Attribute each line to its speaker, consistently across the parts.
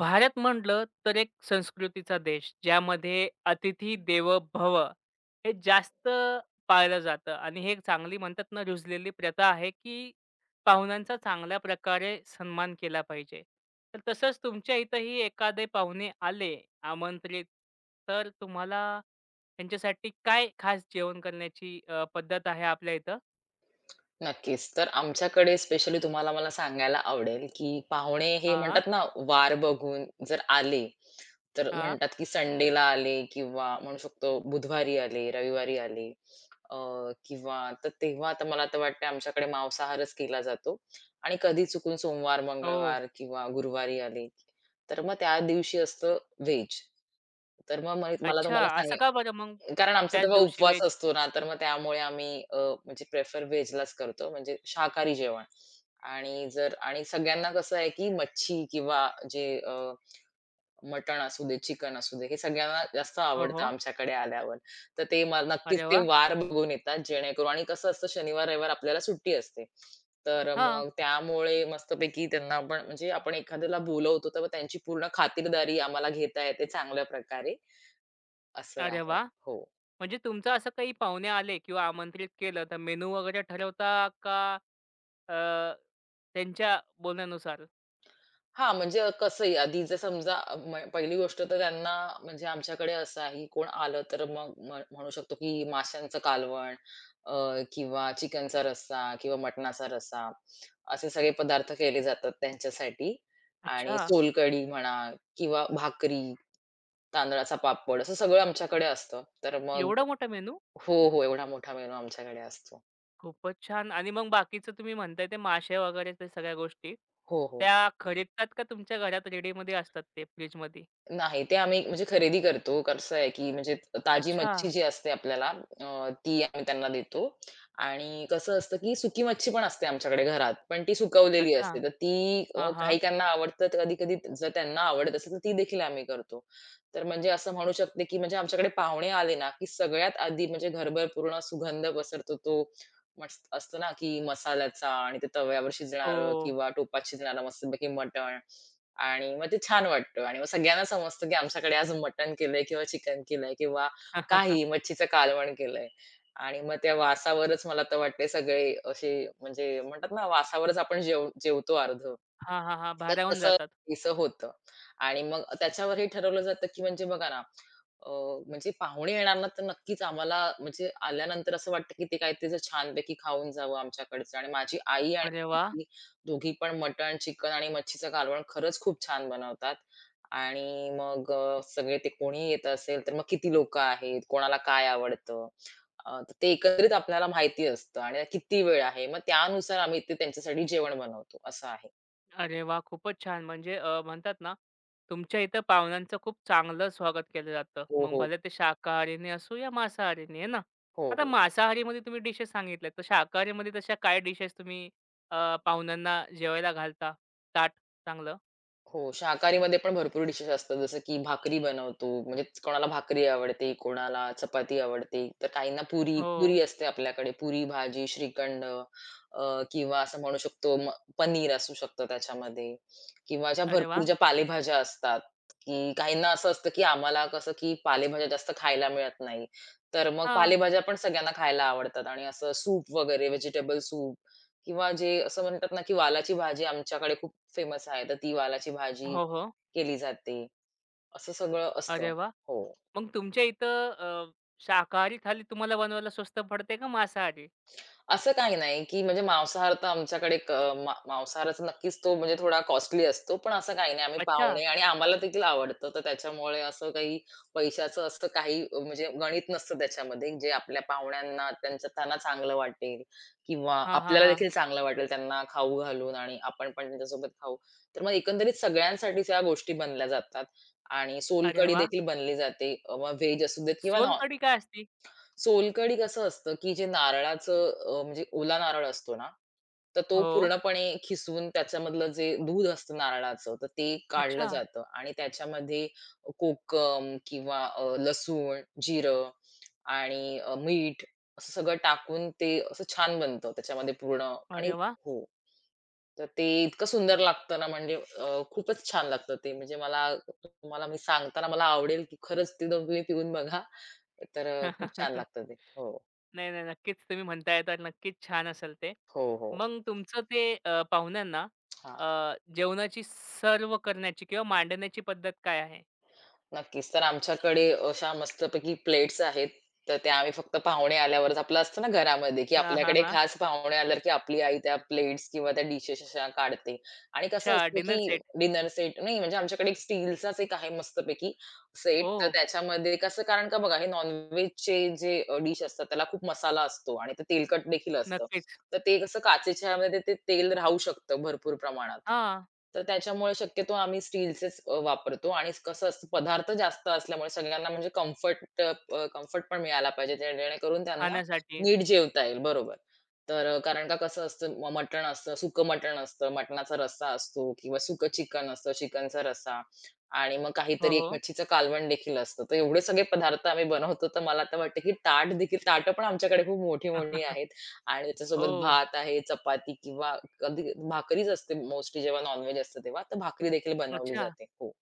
Speaker 1: भारत म्हटलं तर एक संस्कृतीचा देश ज्यामध्ये अतिथी देव भव हे जास्त पाळलं जातं आणि हे एक चांगली म्हणतात ना रुजलेली प्रथा आहे की पाहुण्यांचा चांगल्या प्रकारे सन्मान केला पाहिजे. तर तसंच तुमच्या इथंही एखादे पाहुणे आले आमंत्रित, तर तुम्हाला त्यांच्यासाठी काय खास जेवण करण्याची पद्धत आहे आपल्या इथं?
Speaker 2: नक्कीच. तर आमच्याकडे स्पेशली तुम्हाला मला सांगायला आवडेल, की पाहुणे हे
Speaker 1: हां,
Speaker 2: म्हणतात ना, वार बघून जर आले, तर
Speaker 1: हां.
Speaker 2: म्हणतात की संडेला आले किंवा म्हणू शकतो बुधवारी आले, रविवारी आले अ, किंवा तर तेव्हा तर मला तर वाटतं आमच्याकडे मांसाहारच केला जातो आणि कधी चुकून सोमवार,
Speaker 1: ओह!
Speaker 2: मंगळवार किंवा गुरुवारी आले, तर मग त्या दिवशी असतं व्हेज. तर मग मला
Speaker 1: अच्छा,
Speaker 2: तुम्हाला
Speaker 1: असं का
Speaker 2: सांगायला
Speaker 1: बरं मग
Speaker 2: कारण आमचा
Speaker 1: त्याच
Speaker 2: तेव्हा
Speaker 1: दिवशी
Speaker 2: उपवास
Speaker 1: व्हेज?
Speaker 2: असतो ना, तर मग त्यामुळे आम्ही म्हणजे प्रेफर व्हेजलाच करतो, म्हणजे शाकाहारी जेवण. आणि जर आणि सगळ्यांना कसं आहे, की मच्छी किंवा जे मटण असू दे, चिकन असू दे, हे सगळ्यांना जास्त
Speaker 1: हो,
Speaker 2: आवडतं
Speaker 1: हो.
Speaker 2: आमच्याकडे आल्यावर. तर ते नक्कीच
Speaker 1: अरे
Speaker 2: ते
Speaker 1: वाह!
Speaker 2: वार बघून येतात, जेणेकरून आणि कसं असतं शनिवार, रविवार आपल्याला सुट्टी असते. तर
Speaker 1: हां.
Speaker 2: मग त्यामुळे मस्तपैकी त्यांना आपण म्हणजे आपण एखाद्याला बोलवतो, तर मग त्यांची पूर्ण खातिरदारी आम्हाला घेता येते चांगल्या प्रकारे, असं
Speaker 1: अरे
Speaker 2: आहे.
Speaker 1: वाह!
Speaker 2: हो.
Speaker 1: म्हणजे तुमचं असं काही पाहुणे आले किंवा आमंत्रित केलं, तर मेनू वगैरे ठरवता का अ, त्यांच्या बोलण्यानुसार?
Speaker 2: हां, म्हणजे कसंही आधी जर समजा म पहिली गोष्ट तर त्यांना म्हणजे आमच्याकडे असं आहे, की कोण आलं तर मग म्हणू शकतो, की माशांचं कालवण अ, किंवा चिकनचा रस्सा किंवा मटणाचा रस्सा असे सगळे पदार्थ केले जातात त्यांच्यासाठी आणि
Speaker 1: अच्छा,
Speaker 2: सोलकढी म्हणा किंवा भाकरी, तांदळाचा पापड असं सगळं आमच्याकडे असतं. तर मग
Speaker 1: एवढा मोठा मेनू?
Speaker 2: हो, हो. एवढा मोठा मेनू आमच्याकडे असतो.
Speaker 1: खूपच छान. आणि मग बाकीचं तुम्ही म्हणताय ते मासे वगैरे ते सगळ्या गोष्टी,
Speaker 2: हो, हो.
Speaker 1: त्या खरीदतात का तुमच्या घरात रेडीमध्ये असतात ते फ्रिजमध्ये?
Speaker 2: नाही, ते आम्ही म्हणजे खरेदी करतो. कसं आहे, की म्हणजे ताजी
Speaker 1: अच्छा,
Speaker 2: मच्छी जी असते आपल्याला ती आम्ही त्यांना देतो आणि कसं असतं, की सुकी मच्छी पण असते आमच्याकडे घरात, पण ती सुकवलेली
Speaker 1: अच्छा.
Speaker 2: असते. तर ती
Speaker 1: हां, हां.
Speaker 2: काही त्यांना आवडतं, तर कधी-कधी जर त्यांना आवडत असेल, तर ती देखील आम्ही करतो. तर म्हणजे असं म्हणू शकते, की म्हणजे आमच्याकडे पाहुणे आले ना, की सगळ्यात आधी म्हणजे घरभर पूर्ण सुगंध पसरतो तो मस्त असतो ना, की मसाल्याचा आणि ते तव्यावर शिजणारं
Speaker 1: हो.
Speaker 2: किंवा टोपात शिजणारं मस्तपैकी मटण. आणि मग ते छान वाटतं आणि मग सगळ्यांना समजतं, की आमच्याकडे आज मटण केलंय किंवा चिकन केलंय किंवा काही मच्छीचं कालवण केलंय. आणि मग त्या वासावरच मला तर वाटते सगळे असे म्हणजे म्हणतात ना, वासावरच आपण जेवतो अर्ध.
Speaker 1: हां, हां, हां.
Speaker 2: तर
Speaker 1: भारावून
Speaker 2: तसं
Speaker 1: जातात.
Speaker 2: काहीसं होतं आणि मग त्याच्यावर हे ठरवलं जातं, की म्हणजे बघा ना, अ, म्हणजे पाहुणे येणार ना, तर नक्कीच आम्हाला म्हणजे आल्यानंतर असं वाटतं, की ते काहीतरी असं छानपैकी खाऊन जावं आमच्याकडचं आणि माझी आई आणि
Speaker 1: अरे वाह!
Speaker 2: आजी दोघी पण मटण, चिकन आणि मच्छीचं कालवण खरंच खूप छान बनवतात. आणि मग सगळे ते कोणीही येत असेल, तर मग किती लोकं आहेत, कोणाला काय आवडतं, तर ते एकत्रित आपल्याला माहिती असतं आणि किती वेळ आहे. मग त्यानुसार आम्ही ते त्यांच्यासाठी जेवण बनवतो, असं आहे.
Speaker 1: अरे वा खूपच छान. म्हणजे म्हणतात ना, तुमच्या इथं पाहुण्यांचं खूप चांगलं स्वागत केलं जातं.
Speaker 2: हो,
Speaker 1: मग
Speaker 2: हो.
Speaker 1: भले ते शाकाहारीने असो या मांसाहारीने, आहे ना?
Speaker 2: हो,
Speaker 1: आता
Speaker 2: हो.
Speaker 1: मांसाहारीमध्ये तुम्ही डिशेस सांगितल्यात, तर शाकाहारीमध्ये तशा काय डिशेस तुम्ही पाहुण्यांना जेवायला घालता ताट चांगलं?
Speaker 2: हो, शाकाहारीमध्ये पण भरपूर डिशेस असतात. जसं की भाकरी बनवतो. म्हणजे कोणाला भाकरी आवडते, कोणाला चपाती आवडते, तर काहींना पुरी
Speaker 1: हो.
Speaker 2: पुरी असते आपल्याकडे. पुरी भाजी, श्रीखंड अ, किंवा असं म्हणू शकतो पनीर असू शकतं त्याच्यामध्ये किंवा ज्या
Speaker 1: अरे
Speaker 2: भरपूर
Speaker 1: वाह!
Speaker 2: ज्या पालेभाज्या असतात, की काहींना असं असतं, की आम्हाला कसं की पालेभाज्या जास्त खायला मिळत नाही. तर मग
Speaker 1: हां.
Speaker 2: पालेभाज्या पण सगळ्यांना खायला आवडतात आणि असं सूप वगैरे व्हेजिटेबल सूप किंवा जे असं म्हणतात ना, की वालाची भाजी आमच्याकडे खूप फेमस आहे. तर ती वालाची भाजी
Speaker 1: हो, हो.
Speaker 2: केली जाते. असं सगळं असतं.
Speaker 1: अरे वाह!
Speaker 2: हो.
Speaker 1: मग तुमच्या इथं शाकाहारी थाली तुम्हाला बनवायला स्वस्त पडते का मांसाहारी?
Speaker 2: असं काही नाही, की म्हणजे मांसाहार तर आमच्याकडे मांसाहाराचा नक्कीच तो म्हणजे थोडा कॉस्टली असतो. पण असं काही नाही. आम्ही
Speaker 1: अच्छा.
Speaker 2: पाहुणे आणि आम्हाला देखील आवडतं. तर त्याच्यामुळे असं काही पैशाचं असं काही म्हणजे गणित नसतं त्याच्यामध्ये. जे आपल्या पाहुण्यांना त्यांचं त्यांना चांगलं वाटेल किंवा
Speaker 1: हां, हां,
Speaker 2: आपल्याला
Speaker 1: हां.
Speaker 2: देखील चांगलं वाटेल त्यांना खाऊ घालून आणि आपण पण त्यांच्यासोबत खाऊ. तर मग एकंदरीत सगळ्यांसाठीच ह्या गोष्टी बनल्या जातात आणि
Speaker 1: अरे
Speaker 2: सोलकढी
Speaker 1: वाह!
Speaker 2: देखील बनली जाते. मग व्हेज असू देत किंवा नॉन
Speaker 1: सोलकढी काय असते?
Speaker 2: सोलकढी कसं असतं, की जे नारळाचं म्हणजे ओला नारळ असतो ना, तर तो
Speaker 1: हो.
Speaker 2: पूर्णपणे खिसवून त्याच्यामधलं जे दूध असतं नारळाचं, तर ते काढलं
Speaker 1: अच्छा.
Speaker 2: जातं आणि त्याच्यामध्ये कोकम किंवा लसूण, जिरं आणि मीठ असं सगळं टाकून ते असं छान बनतं त्याच्यामध्ये पूर्ण आणि
Speaker 1: अरे वाह!
Speaker 2: हो. तर ते इतकं सुंदर लागतं ना म्हणजे खूपच छान लागतं ते. म्हणजे मला तुम्हाला मी सांगताना मला आवडेल, की खरंच ते दोन तुम्ही पिऊन बघा. तर खूप छान लागतं ते. हो.
Speaker 1: नाही, नाही. नक्कीच तुम्ही म्हणताय तर नक्कीच छान असेल ते.
Speaker 2: हो, हो.
Speaker 1: मग तुमचं ते पाहुण्यांना
Speaker 2: हां.
Speaker 1: अ, जेवणाची सर्व्ह करण्याची किंवा मांडण्याची पद्धत काय आहे?
Speaker 2: नक्कीच. तर आमच्याकडे अशा मस्तपैकी प्लेट्स आहेत. तर त्या आम्ही फक्त पाहुणे आल्यावरच आपलं असतं ना घरामध्ये, की
Speaker 1: हां, हां,
Speaker 2: आपल्याकडे
Speaker 1: हां.
Speaker 2: खास पाहुणे आल्यावर, की आपली आई त्या प्लेट्स किंवा त्या डिशेस अशा काढते. आणि कसं
Speaker 1: अच्छा
Speaker 2: असतं, की
Speaker 1: डिनर सेट.
Speaker 2: डिनर सेट नाही म्हणजे आमच्याकडे एक स्टीलचाच एक आहे मस्तपैकी
Speaker 1: ओ
Speaker 2: सेट. तर त्याच्यामध्ये कसं कारण का बघा हे नॉन जे डिश असतात त्याला खूप मसाला असतो आणि ते तेलकट देखील असतं.
Speaker 1: नक्कीच.
Speaker 2: तर ते कसं काचेच्या ह्यामध्ये ते तेल राहू शकतं भरपूर प्रमाणात.
Speaker 1: हां,
Speaker 2: तर त्याच्यामुळे शक्यतो आम्ही स्टीलचेच वापरतो आणि कसं असतं पदार्थ जास्त असल्यामुळे सगळ्यांना म्हणजे कम्फर्ट पण मिळाला पाहिजे जे जेणेकरून त्यांना
Speaker 1: खाण्यासाठी.
Speaker 2: नीट जेवता येईल. बरोबर. तर कारण का कसं असतं मटण असतं, सुकं मटण असतं, मटणाचा रस्सा असतो किंवा सुकं चिकन असतं, चिकनचा रस्सा आणि मग
Speaker 1: हो,
Speaker 2: काहीतरी एक
Speaker 1: हो.
Speaker 2: मच्छीचं कालवण देखील असतं. तर एवढे सगळे पदार्थ आम्ही बनवतो. तर मला तर वाटतं, की ताटं पण आमच्याकडे खूप मोठी-मोठी आहेत. आणि त्याच्यासोबत
Speaker 1: ओह!
Speaker 2: भात आहे, चपाती किंवा कधी भाकरीच असते मोस्टली जेव्हा नॉन-व्हेज असतं तेव्हा, तर भाकरी देखील बनवली
Speaker 1: अच्छा.
Speaker 2: जाते. हो.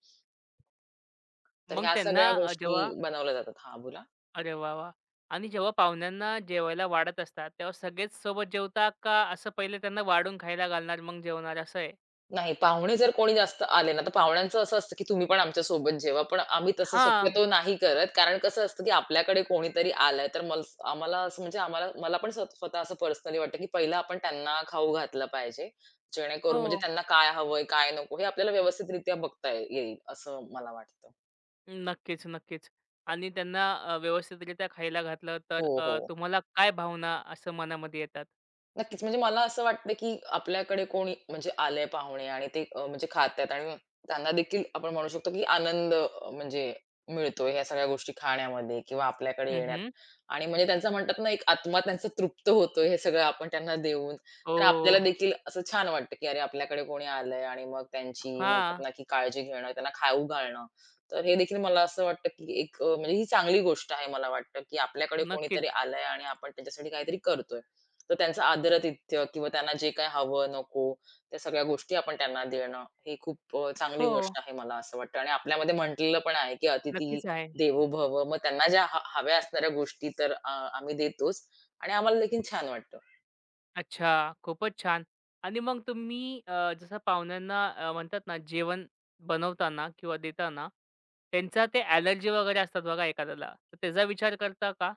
Speaker 2: तर
Speaker 1: मग
Speaker 2: ह्या
Speaker 1: त्यांना
Speaker 2: सगळ्या गोष्टी
Speaker 1: जेव्हा
Speaker 2: बनवल्या जातात. हां, बोला.
Speaker 1: अरे वाह, वाह! आणि जेव्हा पाहुण्यांना जेवायला वाढत असतात, तेव्हा सगळेच सोबत जेवता का असं पहिले त्यांना वाढून खायला घालणार मग जेवणार असं आहे?
Speaker 2: नाही, पाहुणे जर कोणी जास्त आले ना, तर पाहुण्यांचं असं असतं, की तुम्ही पण आमच्यासोबत जेवा. पण आम्ही तसं
Speaker 1: हां.
Speaker 2: शक्यतो नाही करत. कारण कसं असतं, की आपल्याकडे कोणीतरी आलंय, तर आम्हाला असं म्हणजे आम्हाला मला पण स्वतः स्वतः असं पर्सनली वाटतं, की पहिलं आपण त्यांना खाऊ घातलं पाहिजे. जेणेकरून
Speaker 1: हो.
Speaker 2: म्हणजे त्यांना काय हवंय, काय नको हे आपल्याला व्यवस्थितरित्या बघता येईल, असं मला वाटतं.
Speaker 1: नक्कीच, नक्कीच. आणि त्यांना व्यवस्थितरित्या खायला घातलं तर
Speaker 2: हो, हो.
Speaker 1: तुम्हाला काय भावना असं मनामध्ये येतात?
Speaker 2: नक्कीच. म्हणजे मला असं वाटतं, की आपल्याकडे कोणी म्हणजे आलंय पाहुणे आणि ते म्हणजे खातायत आणि त्यांना देखील आपण म्हणू शकतो, की आनंद म्हणजे मिळतोय ह्या सगळ्या गोष्टी खाण्यामध्ये किंवा आपल्याकडे
Speaker 1: हं,
Speaker 2: येण्यात
Speaker 1: हं.
Speaker 2: आणि म्हणजे त्यांचं म्हणतात ना, एक आत्मा त्यांचा तृप्त होतोय हे सगळं आपण त्यांना देऊन.
Speaker 1: ओ
Speaker 2: तर आपल्याला देखील असं छान वाटतं, की अरे आपल्याकडे कोणी आलंय आणि मग त्यांची म्हणतात
Speaker 1: हां,
Speaker 2: ना, की काळजी घेणं, त्यांना खाऊ घालणं. तर हे देखील मला असं वाटतं, की एक म्हणजे ही चांगली गोष्ट आहे मला वाटतं, की आपल्याकडे कोणीतरी
Speaker 1: नक्कीच.
Speaker 2: आलंय आणि आपण त्यांच्यासाठी काहीतरी करतोय. तर त्यांचं आदरातिथ्य किंवा त्यांना जे काही हवं, नको, त्या सगळ्या गोष्टी आपण त्यांना देणं, ही खूप चांगली
Speaker 1: हो,
Speaker 2: गोष्ट आहे मला असं वाटतं आणि आपल्यामध्ये म्हटलेलं पण आहे, की "अतिथी
Speaker 1: नक्कीच आहे.
Speaker 2: देवो भव." मग त्यांना ज्या हव्या असणाऱ्या गोष्टी तर आम्ही देतोच आणि आम्हाला देखील छान वाटतं.
Speaker 1: अच्छा, खूपच छान. आणि मग तुम्ही जसं पाहुण्यांना म्हणतात ना, जेवण बनवताना किंवा देताना त्यांचा ते ॲलर्जी वगैरे असतात बघा एखाद्याला, तर त्याचा विचार करता का?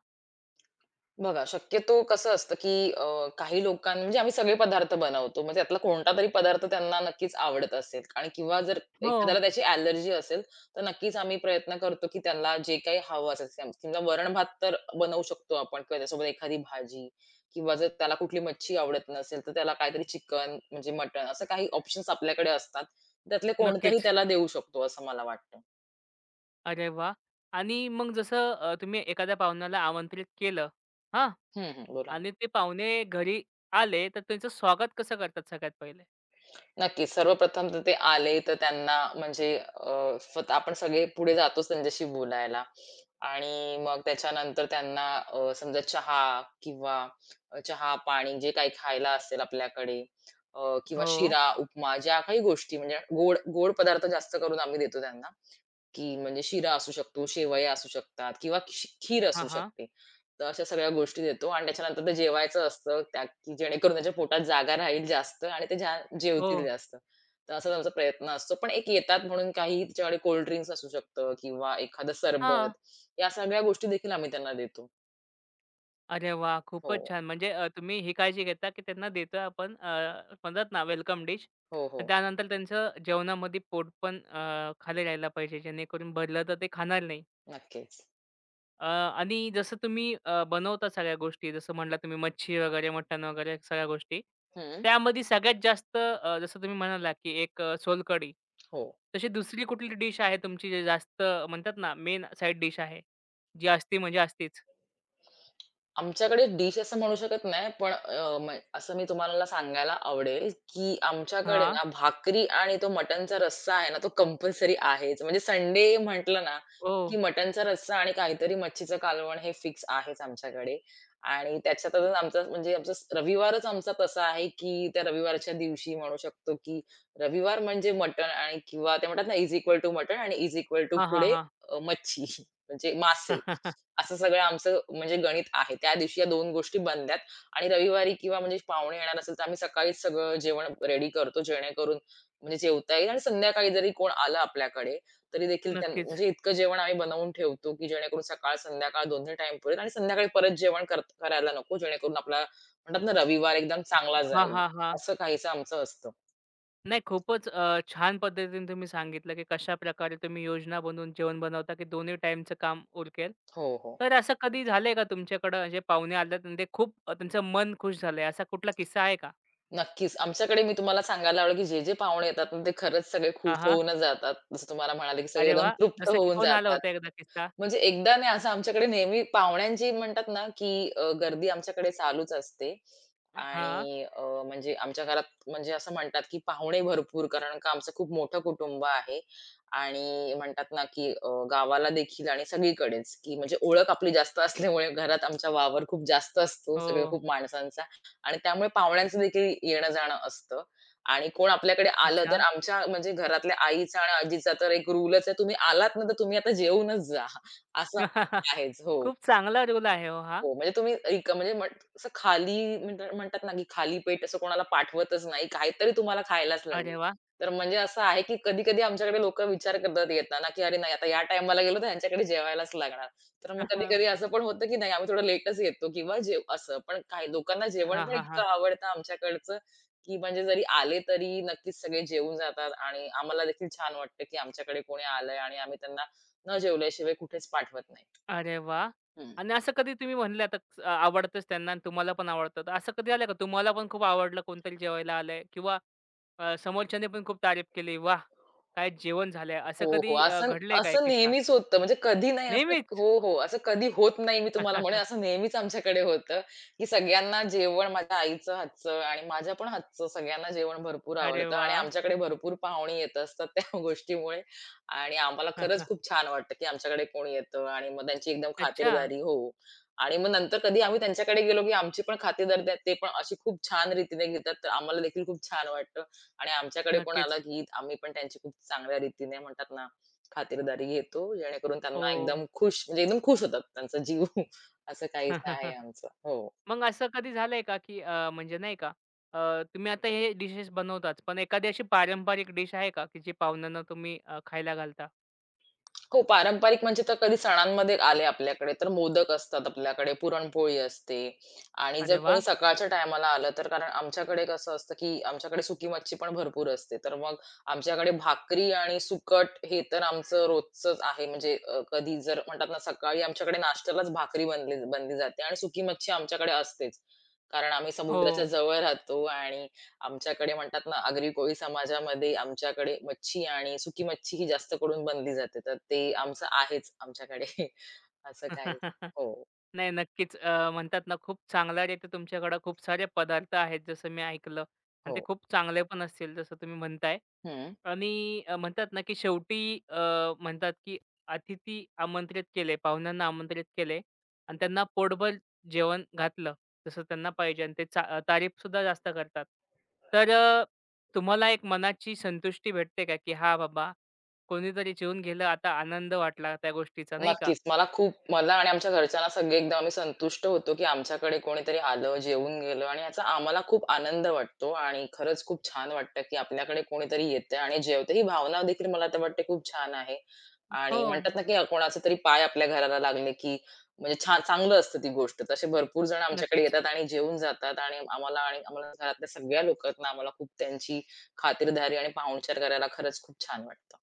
Speaker 2: बघा, शक्यतो कसं असतं, की काही लोकां म्हणजे आम्ही सगळे पदार्थ बनवतो. मग त्यातला कोणता तरी पदार्थ त्यांना नक्कीच आवडत असेल आणि किंवा जर
Speaker 1: हो,
Speaker 2: एखाद्याला त्याची अलर्जी असेल, तर नक्कीच आम्ही प्रयत्न करतो, की त्यांना जे काही हवं असेल समजा वरण-भात तर बनवू शकतो आपण किंवा त्यासोबत एखादी भाजी किंवा जर त्याला कुठली मच्छी आवडत नसेल, तर त्याला काहीतरी चिकन म्हणजे मटण असं काही ऑप्शन्स आपल्याकडे असतात. त्यातले कोणतंही
Speaker 1: नक्कीच.
Speaker 2: त्याला देऊ शकतो असं मला वाटतं.
Speaker 1: अरे वाह! आणि मग जसं तुम्ही एखाद्या पाहुण्याला आमंत्रित केलं, हां?
Speaker 2: हं, हं. बोला.
Speaker 1: आणि ते पाहुणे घरी आले, तर त्यांचं स्वागत कसं करतात सगळ्यात पहिले?
Speaker 2: नक्कीच. सर्वप्रथम तर ते आले तर त्यांना म्हणजे स्वतः आपण सगळे पुढे जातोच त्यांच्याशी बोलायला आणि मग त्याच्यानंतर त्यांना समजा चहा किंवा चहा, पाणी जे काही खायला असेल आपल्याकडे किंवा
Speaker 1: हो.
Speaker 2: शिरा, उपमा ज्या काही गोष्टी म्हणजे गोड गोड पदार्थ जास्त करून आम्ही देतो त्यांना. की म्हणजे शिरा असू शकतो, शेवया असू शकतात किंवा खीर
Speaker 1: हां,
Speaker 2: असू
Speaker 1: हां.
Speaker 2: शकते. तर अशा सगळ्या गोष्टी देतो आणि त्याच्यानंतर ते जेवायचं असतं त्या की जेणेकरून त्यांच्या पोटात जागा राहील जास्त आणि ते
Speaker 1: हो.
Speaker 2: जेवतील जास्त. तर असाच आमचा प्रयत्न असतो. पण एक येतात म्हणून काही त्याच्याकडे कोल्ड ड्रिंक्स असू शकतं किंवा एखादं सरबत
Speaker 1: हां.
Speaker 2: या सगळ्या गोष्टी देखील आम्ही त्यांना देतो.
Speaker 1: अरे वाह! खूपच
Speaker 2: हो.
Speaker 1: छान. म्हणजे तुम्ही ही काळजी घेता, की त्यांना देतोय आपण म्हणतात ना वेलकम डिश.
Speaker 2: हो,
Speaker 1: आणि
Speaker 2: हो.
Speaker 1: त्यानंतर त्यांचं जेवणामध्ये पोट पण खाली राहायला पाहिजे, जेणेकरून भरलं तर ते खाणार नाही.
Speaker 2: नक्कीच.
Speaker 1: आणि जसं तुम्ही बनवता सगळ्या गोष्टी, जसं म्हटला तुम्ही मच्छी वगैरे, मटण वगैरे सगळ्या गोष्टी.
Speaker 2: हं.
Speaker 1: त्यामध्ये सगळ्यात जास्त जसं तुम्ही म्हणालात, की एक सोलकढी.
Speaker 2: हो.
Speaker 1: तशी दुसरी कुठली डिश आहे तुमची जी जास्त म्हणतात ना मेन साइड डिश आहे? जी असती म्हणजे असतीच.
Speaker 2: आमच्याकडे डिश असं म्हणू शकत नाही, पण असं मी तुम्हाला सांगायला आवडेल, की आमच्याकडे
Speaker 1: हां.
Speaker 2: ना भाकरी आणि तो मटणचा रस्सा आहे ना, तो कंपल्सरी आहेच. म्हणजे संडे म्हटलं ना,
Speaker 1: ओह!
Speaker 2: की मटणचा रस्सा आणि काहीतरी मच्छीचं कालवण हे फिक्स आहेच आमच्याकडे. आणि त्याच्यातच आमचा म्हणजे रविवारच आमचा तसा आहे, की त्या रविवारच्या दिवशी म्हणू शकतो, की रविवार म्हणजे मटण आणि किंवा ते म्हणतात ना, इज इक्वल टू मटण आणि इज इक्वल टू
Speaker 1: हां, हां,
Speaker 2: पुढे
Speaker 1: हां.
Speaker 2: मच्छी म्हणजे मासे. असं सगळं आमचं म्हणजे गणित आहे. त्या दिवशी या 2 गोष्टी बनल्यात आणि रविवारी किंवा म्हणजे पाहुणे येणार असेल, तर आम्ही सकाळीच सगळं जेवण रेडी करतो, जेणेकरून म्हणजे जेवता येईल आणि संध्याकाळी जरी कोण आलं आपल्याकडे, तरी देखील
Speaker 1: नक्कीच.
Speaker 2: म्हणजे इतकं जेवण आम्ही बनवून ठेवतो, की जेणेकरून सकाळ-संध्याकाळ दोन्ही टाईम पुरेल आणि संध्याकाळी परत जेवण करायला नको, जेणेकरून आपला म्हणतात ना रविवार एकदम चांगला
Speaker 1: हां,
Speaker 2: जाईल.
Speaker 1: हां, हां.
Speaker 2: असं काहीसं आमचं असतं.
Speaker 1: नाही खूपच छान पद्धतीने तुम्ही सांगितलं, की कशाप्रकारे तुम्ही योजना बनवून जेवण बनवता, की दोन्ही टाईमचं काम उरकेल.
Speaker 2: हो, हो.
Speaker 1: तर असं कधी झालंय का तुमच्याकडं म्हणजे पाहुणे आलेत आणि ते खूप त्यांचं मन खुश झालंय, असा कुठला किस्सा आहे का?
Speaker 2: नक्कीच. आमच्याकडे मी तुम्हाला सांगायला आवडेल, की जे-जे पाहुणे येतात ना, ते खरंच सगळे खुश
Speaker 1: हां, हां.
Speaker 2: होऊनच जातात. जसं तुम्हाला म्हणाले, की सगळे
Speaker 1: अरे
Speaker 2: एकदम
Speaker 1: वाह!
Speaker 2: तृप्त
Speaker 1: जसं की
Speaker 2: होऊन
Speaker 1: कोण आला
Speaker 2: जातात.
Speaker 1: होता एकदा किस्सा?
Speaker 2: म्हणजे एकदा नाही असं आमच्याकडे नेहमी पाहुण्यांची म्हणतात ना, की गर्दी आमच्याकडे चालूच असते.
Speaker 1: हां.
Speaker 2: आणि म्हणजे आमच्या घरात म्हणजे असं म्हणतात, की पाहुणे भरपूर कारण का आमचं खूप मोठं कुटुंब आहे. आणि म्हणतात ना, की गावाला देखील आणि सगळीकडेच, की म्हणजे ओळख आपली जास्त असल्यामुळे घरात आमचा वावर खूप जास्त असतो,
Speaker 1: हो.
Speaker 2: सगळ्या खूप माणसांचा. आणि त्यामुळे पाहुण्यांचं देखील येणं जाणं असतं. आणि कोण आपल्याकडे आलं तर
Speaker 1: अच्छा.
Speaker 2: आमच्या म्हणजे घरातल्या आईचा आणि आजीचा तर एक रूलच आहे, तुम्ही आलात ना, तर तुम्ही आता जेवूनच जा. असं आहेच. हो.
Speaker 1: खूप चांगला रूल आहे हो हा.
Speaker 2: हो, म्हणजे तुम्ही म्हणजे असं खाली म्हणता म्हणतात ना, की खाली पेट असं कोणाला पाठवतच नाही. काहीतरी तुम्हाला खायलाच लागेल.
Speaker 1: अरे वाह!
Speaker 2: तर म्हणजे असं आहे, की कधी-कधी आमच्याकडे लोकं विचार करतात येताना, की "अरे नाही, आता या टाईमाला गेलो तर ह्यांच्याकडे जेवायलाच लागणार." तर मग
Speaker 1: हां,
Speaker 2: कधी-कधी असं पण होतं, की नाही आम्ही थोडं लेटच येतो किंवा जेव असं. पण काही लोकांना जेवण पण इतकं
Speaker 1: हां.
Speaker 2: आवडतं आमच्याकडचं, की म्हणजे जरी आले तरी नक्कीच सगळे जेवून जातात आणि आम्हाला देखील छान वाटतं, की आमच्याकडे कोणी आलंय आणि आम्ही त्यांना न जेवल्याशिवाय कुठेच पाठवत नाही.
Speaker 1: अरे वाह!
Speaker 2: हं.
Speaker 1: आणि असं कधी तुम्ही म्हणले आता आवडतंच त्यांना आणि तुम्हाला पण आवडतं. तर असं कधी आलं का तुम्हाला पण खूप आवडलं, कोणतरी जेवायला आलंय किंवा समोरच्याने पण खूप तारीफ केली, "वाह! काय जेवण झालंय." असं
Speaker 2: हो,
Speaker 1: कधी
Speaker 2: हो. असं
Speaker 1: घडलंय का एक
Speaker 2: असं
Speaker 1: किस्सा?
Speaker 2: नेहमीच होतं. म्हणजे कधी नाही असं
Speaker 1: नेहमीच?
Speaker 2: हो, हो. असं कधी होत नाही मी तुम्हाला म्हणेन असं नेहमीच आमच्याकडे होतं, की सगळ्यांना जेवण माझ्या आईचं हातचं आणि माझ्या पण हातचं सगळ्यांना जेवण भरपूर
Speaker 1: अरे
Speaker 2: आवडतं आणि
Speaker 1: वाह!
Speaker 2: आमच्याकडे भरपूर पाहुणी येत असतात त्या गोष्टीमुळे आणि आम्हाला खरंच खूप छान वाटतं, की आमच्याकडे कोण येतं आणि मग त्यांची एकदम
Speaker 1: अच्छा.
Speaker 2: खातिरदारी हो. आणि मग नंतर कधी आम्ही त्यांच्याकडे गेलो, की आमची पण खातिरदारी ते पण अशी खूप छान रीतीने घेतात. तर आम्हाला देखील खूप छान वाटतं. आणि आमच्याकडे कोण आलं,
Speaker 1: नक्कीच.
Speaker 2: की आम्ही पण त्यांची खूप चांगल्या रीतीने म्हणतात ना, खातिरदारी घेतो, जेणेकरून त्यांना
Speaker 1: हो.
Speaker 2: एकदम खुश म्हणजे एकदम खुश होतात त्यांचा जीव. असं काहीसं आहे आमचं. हो.
Speaker 1: मग असं कधी झालंय का, की म्हणजे नाही का अ, तुम्ही आता हे डिशेस बनवताच, पण एखादी अशी पारंपरिक डिश आहे का, की जी पाहुण्यांना तुम्ही खायला घालता?
Speaker 2: हो, पारंपरिक म्हणजे तर कधी सणांमध्ये आले आपल्याकडे, तर मोदक असतात आपल्याकडे, पुरणपोळी असते आणि जर
Speaker 1: अरे
Speaker 2: कोणी
Speaker 1: वाह!
Speaker 2: सकाळच्या टायमाला आलं, तर कारण आमच्याकडे कसं असतं, की आमच्याकडे सुकी मच्छी पण भरपूर असते. तर मग आमच्याकडे भाकरी आणि सुकट हे तर आमचं रोजचंच आहे. म्हणजे कधी जर म्हणतात ना, सकाळी आमच्याकडे नाश्त्यालाच भाकरी बनली बनली जाते आणि सुकी मच्छी आमच्याकडे असतेच. कारण आम्ही
Speaker 1: हो.
Speaker 2: समुद्राच्या जवळ राहतो आणि आमच्याकडे म्हणतात ना, आगरी कोळी समाजामध्ये आमच्याकडे मच्छी आणि सुकी मच्छी ही जास्त करून बनली जाते. तर ते आमचं आहेच आमच्याकडे असं काही हो,
Speaker 1: नाही नक्कीच. म्हणतात ना खूप चांगल्या रीती तुमच्याकडे खूप सारे पदार्थ आहेत जसं मी ऐकलं आणि ते
Speaker 2: हो.
Speaker 1: खूप चांगले पण असतील जसं तुम्ही म्हणताय.
Speaker 2: हं.
Speaker 1: आणि म्हणतात ना की शेवटी म्हणतात की अतिथी आमंत्रित केले, पाहुण्यांना आमंत्रित केले आणि त्यांना पोटभर जेवण घातलं जसं त्यांना पाहिजे आणि ते चा तारीफसुद्धा जास्त करतात. तर तुम्हाला एक मनाची संतुष्टी भेटते का की हां बाबा कोणीतरी जेवून गेलं आता आनंद वाटला त्या गोष्टीचा नाही का?
Speaker 2: नक्कीच. मला आणि आमच्या घरच्यांना सगळे एकदम आम्ही संतुष्ट होतो, की आमच्याकडे कोणीतरी आलं, जेवून गेलं आणि याचा आम्हाला खूप आनंद वाटतो आणि खरंच खूप छान वाटतं, की आपल्याकडे कोणीतरी येतंय आणि जेवतंय. ही भावना देखील मला तर वाटते खूप छान आहे आणि
Speaker 1: हो.
Speaker 2: म्हणतात ना, की कोणाचे तरी पाय आपल्या घराला लागले, की म्हणजे छान चांगलं असतं ती गोष्ट. तसे भरपूर जण आमच्याकडे
Speaker 1: नक्कीच.
Speaker 2: येतात आणि जेवून जातात आणि आम्हाला घरातल्या सगळ्या लोकांना आम्हाला खूप त्यांची खातिरदारी आणि पाहुणचार करायला खरंच खूप छान वाटतं.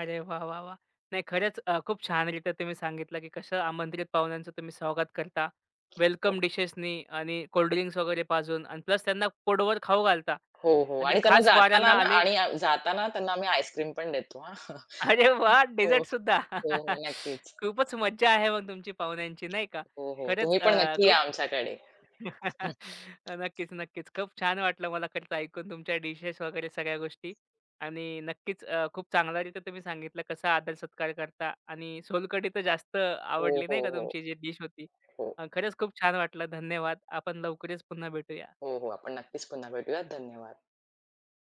Speaker 1: अरे वाह! वाह! वाह! नाही खरंच खूप छानरीत्या तुम्ही सांगितलं, की कसं आमंत्रित पाहुण्यांचं तुम्ही स्वागत करता.
Speaker 2: हो.
Speaker 1: वेलकम डिशेसनी आणि कोल्ड ड्रिंक्स वगैरे पाजून आणि प्लस त्यांना पोटभर खाऊ घालता
Speaker 2: हो, हो.
Speaker 1: आणि
Speaker 2: आणि त्यांना
Speaker 1: खास
Speaker 2: जाताना
Speaker 1: वाऱ्यांना
Speaker 2: ना
Speaker 1: आले
Speaker 2: आणि जाताना त्यांना आम्ही आईस्क्रीम पण देतो हां.
Speaker 1: अरे वाह!
Speaker 2: हो,
Speaker 1: डेझर्टसुद्धा.
Speaker 2: हो, हो. नक्कीच.
Speaker 1: खूपच मज्जा आहे मग तुमची पाहुण्यांची नाही का?
Speaker 2: हो, हो.
Speaker 1: खरंच
Speaker 2: तुम्ही पण नक्की या
Speaker 1: खूप
Speaker 2: आमच्याकडे.
Speaker 1: नक्कीच, नक्कीच. खूप छान वाटलं मला खरंच ऐकून तुमच्या डिशेस वगैरे सगळ्या गोष्टी आणि नक्कीच खूप चांगल्यारीत्या तुम्ही सांगितलं कसा आदर-सत्कार करता आणि सोलकढी तर जास्त
Speaker 2: हो,
Speaker 1: आवडली
Speaker 2: हो,
Speaker 1: नाही का
Speaker 2: हो.
Speaker 1: तुमची जी डिश होती.
Speaker 2: हो,
Speaker 1: खरंच खूप छान वाटलं. धन्यवाद. आपण लवकरच पुन्हा भेटूया.
Speaker 2: हो, हो. आपण नक्कीच पुन्हा भेटूयात. धन्यवाद.